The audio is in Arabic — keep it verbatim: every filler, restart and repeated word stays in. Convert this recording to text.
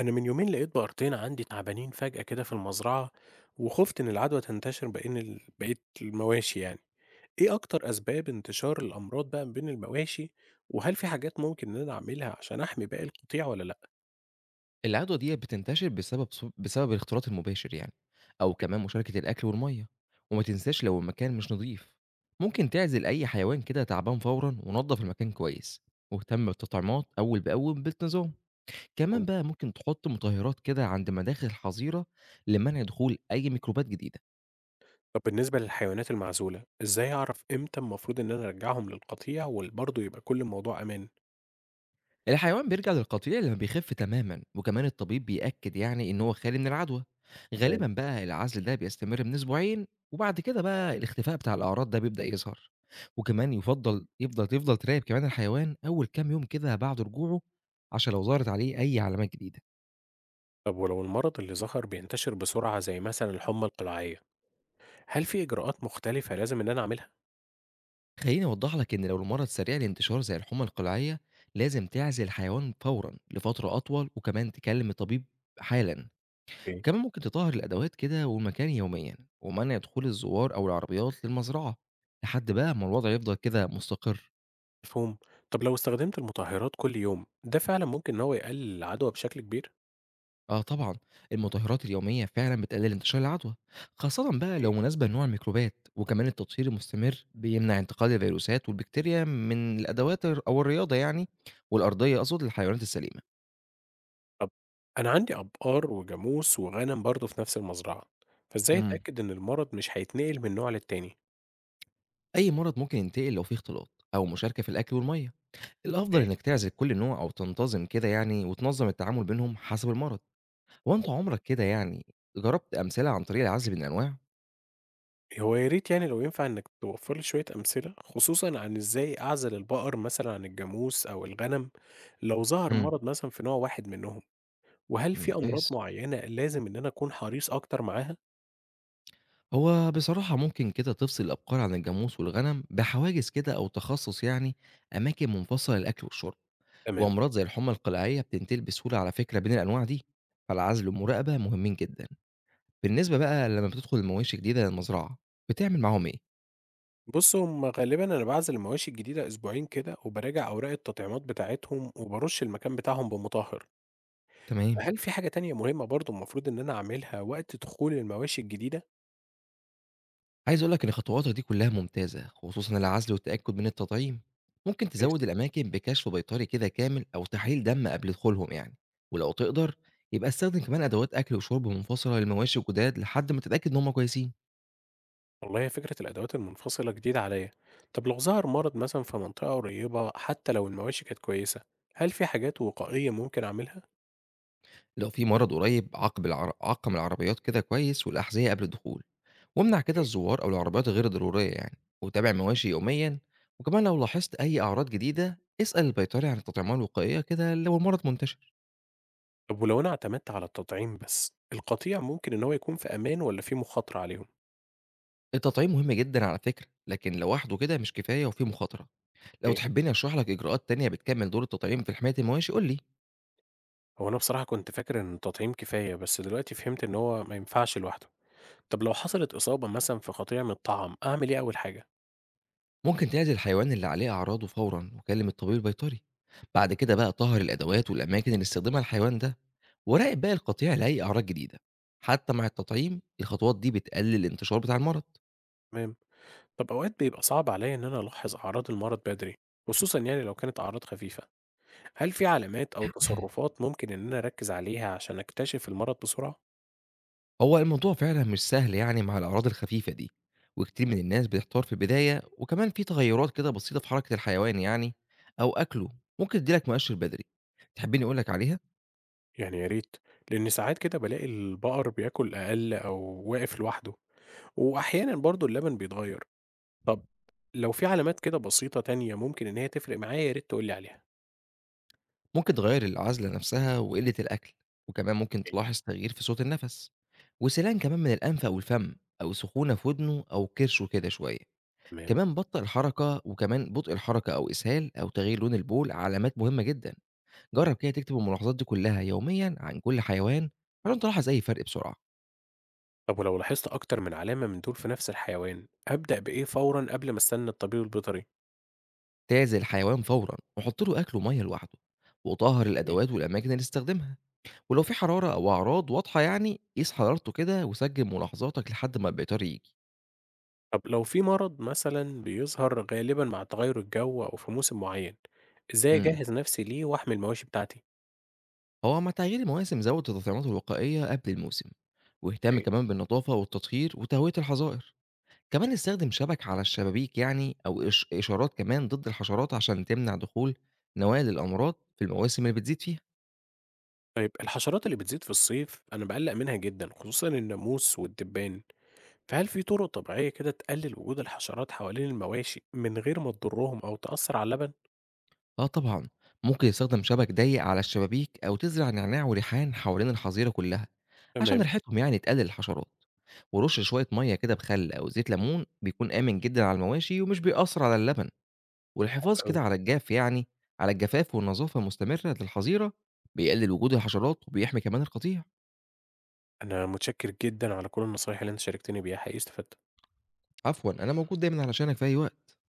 أنا من يومين لقيت بقرتين عندي تعبانين فجأة كده في المزرعة وخفت إن العدوى تنتشر بين ال... بقية المواشي يعني، إيه أكتر أسباب انتشار الأمراض بقى بين المواشي؟ وهل في حاجات ممكن إن أنا أعملها عشان أحمي باقي القطيع ولا لأ؟ العدوى ديّة بتنتشر بسبب ص بسبب الاختلاط المباشر يعني، أو كمان مشاركة الأكل والمَيّة، وما تنساش لو المكان مش نضيف، ممكن تعزل أي حيوان كده تعبان فورًا ونضّف المكان كويس، واهتم بالتطعيمات أول بأول بانتظام، كمان بقى ممكن تحط مطهّرات كده عند مداخل الحظيرة لمنع دخول أي ميكروبات جديدة. طب بالنسبة للحيوانات المعزولة، إزاي أعرف إمتى المفروض إن أنا أرجعهم للقطيع وبرضه يبقى كل الموضوع أمان؟ الحيوان بيرجع للقطيع لما بيخف تماما وكمان الطبيب بيأكد يعني إن هو خالي من العدوى، تمام. غالبا بقى العزل ده بيستمر من أسبوعين وبعد كده بقى الاختفاء بتاع الأعراض ده بيبدأ يظهر. وكمان يفضل يفضل تفضل تراقب كمان الحيوان أول كام يوم كده بعد رجوعه عشان لو ظهرت عليه أي علامات جديدة. طب ولو المرض اللي ظهر بينتشر بسرعة زي مثلا الحمى القلاعية، هل في إجراءات مختلفة لازم إن أنا أعملها؟ خليني أوضح لك إن لو المرض سريع الانتشار زي الحمى القلعية لازم تعزل الحيوان فورا لفترة أطول وكمان تكلم الطبيب حالا. كمان ممكن تطهّر الأدوات كده والمكان يوميًا، ومنع دخول الزوّار أو العربيات للمزرعة، لحد بقى ما الوضع يفضل كده مستقر. مفهوم. طب لو استخدمت المطهّرات كل يوم، ده فعلًا ممكن إن هو يقلل العدوى بشكل كبير؟ آه طبعًا، المطهّرات اليومية فعلًا بتقلل انتشار العدوى، خاصةً بقى إيه؟ لو مناسبة لنوع الميكروبات، وكمان التطهير المستمر بيمنع انتقال الفيروسات والبكتيريا من الأدوات الر أو الرياضة يعني والأرضية أقصد للحيوانات السليمة. طب أنا عندي أبقار وجاموس وغنم برضه في نفس المزرعة، فإزاي إمم. أتأكد إن المرض مش هيتنقل من نوع للتاني؟ أي مرض ممكن ينتقل لو في اختلاط أو مشاركة في الأكل والمَيّة، الأفضل إيه؟ إنك تعزل كل نوع أو تنتظم كده يعني وتنظّم التعامل بينهم حسب المرض. هو أنت عمرك كده يعني جرّبت أمثلة عن طريق العزْل من الأنواع؟ هو يا ريت يعني لو ينفع إنك توفّر لي شوية أمثلة، خصوصًا عن إزاي أعزل البقر مثلًا عن الجاموس أو الغنم لو ظهر إمم. مرض مثلًا في نوع واحد منهم، وهل في أمراض ممتاز. معيّنة لازم إن أنا أكون حريص أكتر معاها؟ هو بصراحة ممكن كده تفصِل الأبقار عن الجاموس والغنم بحواجز كده أو تخصُّص يعني أماكن منفصلة للأكل والشُرب، تمام. وأمراض زي الحُمّى القلعية بتنتقل بسهولة على فكرة بين الأنواع دي، فالعزْل والمراقبة مهمين جدًا. بالنسبة بقى لمّا بتدخُل المواشي جديدة للمزرعة، بتعمل معاهم إيه؟ بُص، هم غالبًا أنا باعزل المواشي الجديدة أسبوعين كده، وباراجع أوراق التطعيمات بتاعتهم، وبارُش المكان بتاعهم بمطهّر. تمام. هل في حاجة تانية مهمة برضه المفروض إن أنا أعملها وقت دخول المواشي الجديدة؟ عايز أقول لك إن خطواتك دي كلها ممتازة، خصوصًا العزل والتأكد من التطعيم. ممكن كويس. تزود الأماكن بكشف بيطري كده كامل أو تحاليل دم قبل دخولهم يعني، ولو تقدر يبقى استخدم كمان أدوات أكل وشرب منفصلة للمواشي الجداد لحد ما تتأكد إن هم كويسين. والله هي فكرة الأدوات المنفصلة جديدة عليَّ. طب لو ظهر مرض مثلًا في منطقة قريبة حتى لو المواشي كانت كويسة، هل في حاجات وقائية ممكن أعملها؟ لو في مرض قريب عاقب العر... عقم العربيات كده كويس والأحذية قبل الدخول، وامنع كده أوكي. الزوار أو العربيات غير الضرورية يعني، وتابع المواشي يوميًا. وكمان لو لاحظت أي أعراض جديدة اسأل البيطري عن التطعيمات الوقائية كده لو المرض منتشر. طب ولو أنا اعتمدت على التطعيم بس، القطيع ممكن إن هو يكون في أمان والّا في مخاطرة عليهم؟ التطعيم مهم جدًا على فكرة، لكن لوحده كده مش كفاية وفيه مخاطرة. لو أوكي. تحبّني أشرح لك إجراءات تانية بتكمّل دور التطعيم في حماية المواشي قُل لي. هو أنا بصراحة كنت فاكر إن التطعيم كفاية، بس دلوقتي فهمت إن هو ما ينفعش لوحده. طب لو حصلت إصابة مثلًا في قطيع من الطعام، أعمل إيه أول حاجة؟ ممكن تعزل الحيوان اللي عليه أعراضه فورًا وكلّم الطبيب البيطري. بعد كده بقى طهّر الأدوات والأماكن اللي استخدمها الحيوان ده، وراقب بقى القطيع لأي أعراض جديدة. حتى مع التطعيم الخطوات دي بتقلل الانتشار بتاع المرض. تمام. طب أوقات بيبقى صعب عليّا إن أنا ألاحظ أعراض المرض بدري، خصوصًا يعني لو كانت أعراض خفيفة. هل في علامات أو تصرفات ممكن إن أنا أركز عليها عشان أكتشف المرض بسرعة؟ هو الموضوع فعلا مش سهل يعني مع الأعراض الخفيفة دي، وكتير من الناس بتحتار في البداية، وكمان في تغيرات كده بسيطة في حركة الحيوان يعني أو أكله ممكن تديلك مؤشر بدري. تحبيني أقولك عليها؟ يعني يا ريت، لأن ساعات كده بالاقي البقر بياكل أقل أو واقف لوحده، وأحيانًا برضه اللبن بيتغير. طب لو في علامات كده بسيطة تانية ممكن إن هي تفرق معايا، يا ريت تقول لي عليها. ممكن تغير العزلة نفسها وقلة الأكل، وكمان ممكن تلاحظ تغيير في صوت النفس وسلان كمان من الأنف أو الفم، أو سخونة في ودنه أو كرشه كده شوية. تمام. كمان بطء الحركة وكمان بطء الحركة أو إسهال أو تغيير لون البول علامات مهمة جدا. جرب كده تكتب الملاحظات دي كلها يوميا عن كل حيوان عشان تلاحظ اي فرق بسرعه. طب ولو لاحظت أكتر من علامة من دول في نفس الحيوان، أبدأ بإيه فورًا قبل ما أستنى الطبيب البيطري؟ تعزل الحيوان فورا وحط له اكل وميه لوحده، وطهر إيه؟ الادوات والاماكن اللي استخدمها، ولو في حراره او اعراض واضحه يعني قيس حرارته كده وسجل ملاحظاتك لحد ما البيطار يجي. طب لو في مرض مثلًا بيظهر غالبًا مع تغير الجو أو في موسم معين، إزاي امم. أجهز نفسي ليه وأحمي المواشي بتاعتي؟ هو مع تغيير المواسم زود التطعيمات الوقائيه قبل الموسم، واهتم إيه؟ كمان بالنظافه والتطهير وتهويه الحظائر. كمان استخدم شبك على الشبابيك يعني، او إش- اشارات كمان ضد الحشرات عشان تمنع دخول نوال الامراض في المواسم اللي بتزيد فيها. طيب الحشرات اللي بتزيد في الصيف أنا بقلق منها جدا خصوصًا الناموس والدبان، فهل في طرق طبيعية كده تقلل وجود الحشرات حوالين المواشي من غير ما تضرهم أو تأثر على اللبن؟ آه طبعًا، ممكن يستخدم شبك ضيّق على الشبابيك أو تزرع نعناع وريحان حوالين الحظيرة كلها، عشان تمام. ريحتهم يعني تقلل الحشرات، ورش شوية مَيّة كده بخل أو زيت ليمون بيكون آمن جدًا على المواشي ومش بيأثّر على اللبن، والحفاظ حلو أوي. كده على الجاف يعني على الجفاف والنظافة المستمرة للحظيرة بيقلل وجود الحشرات وبيحمي كمان القطيع. أنا متشكر جدا على كل النصايح اللي أنت شاركتني بيها، حقيقي استفدت. عفوًا، أنا موجود دايمًا علشانك في أي وقت.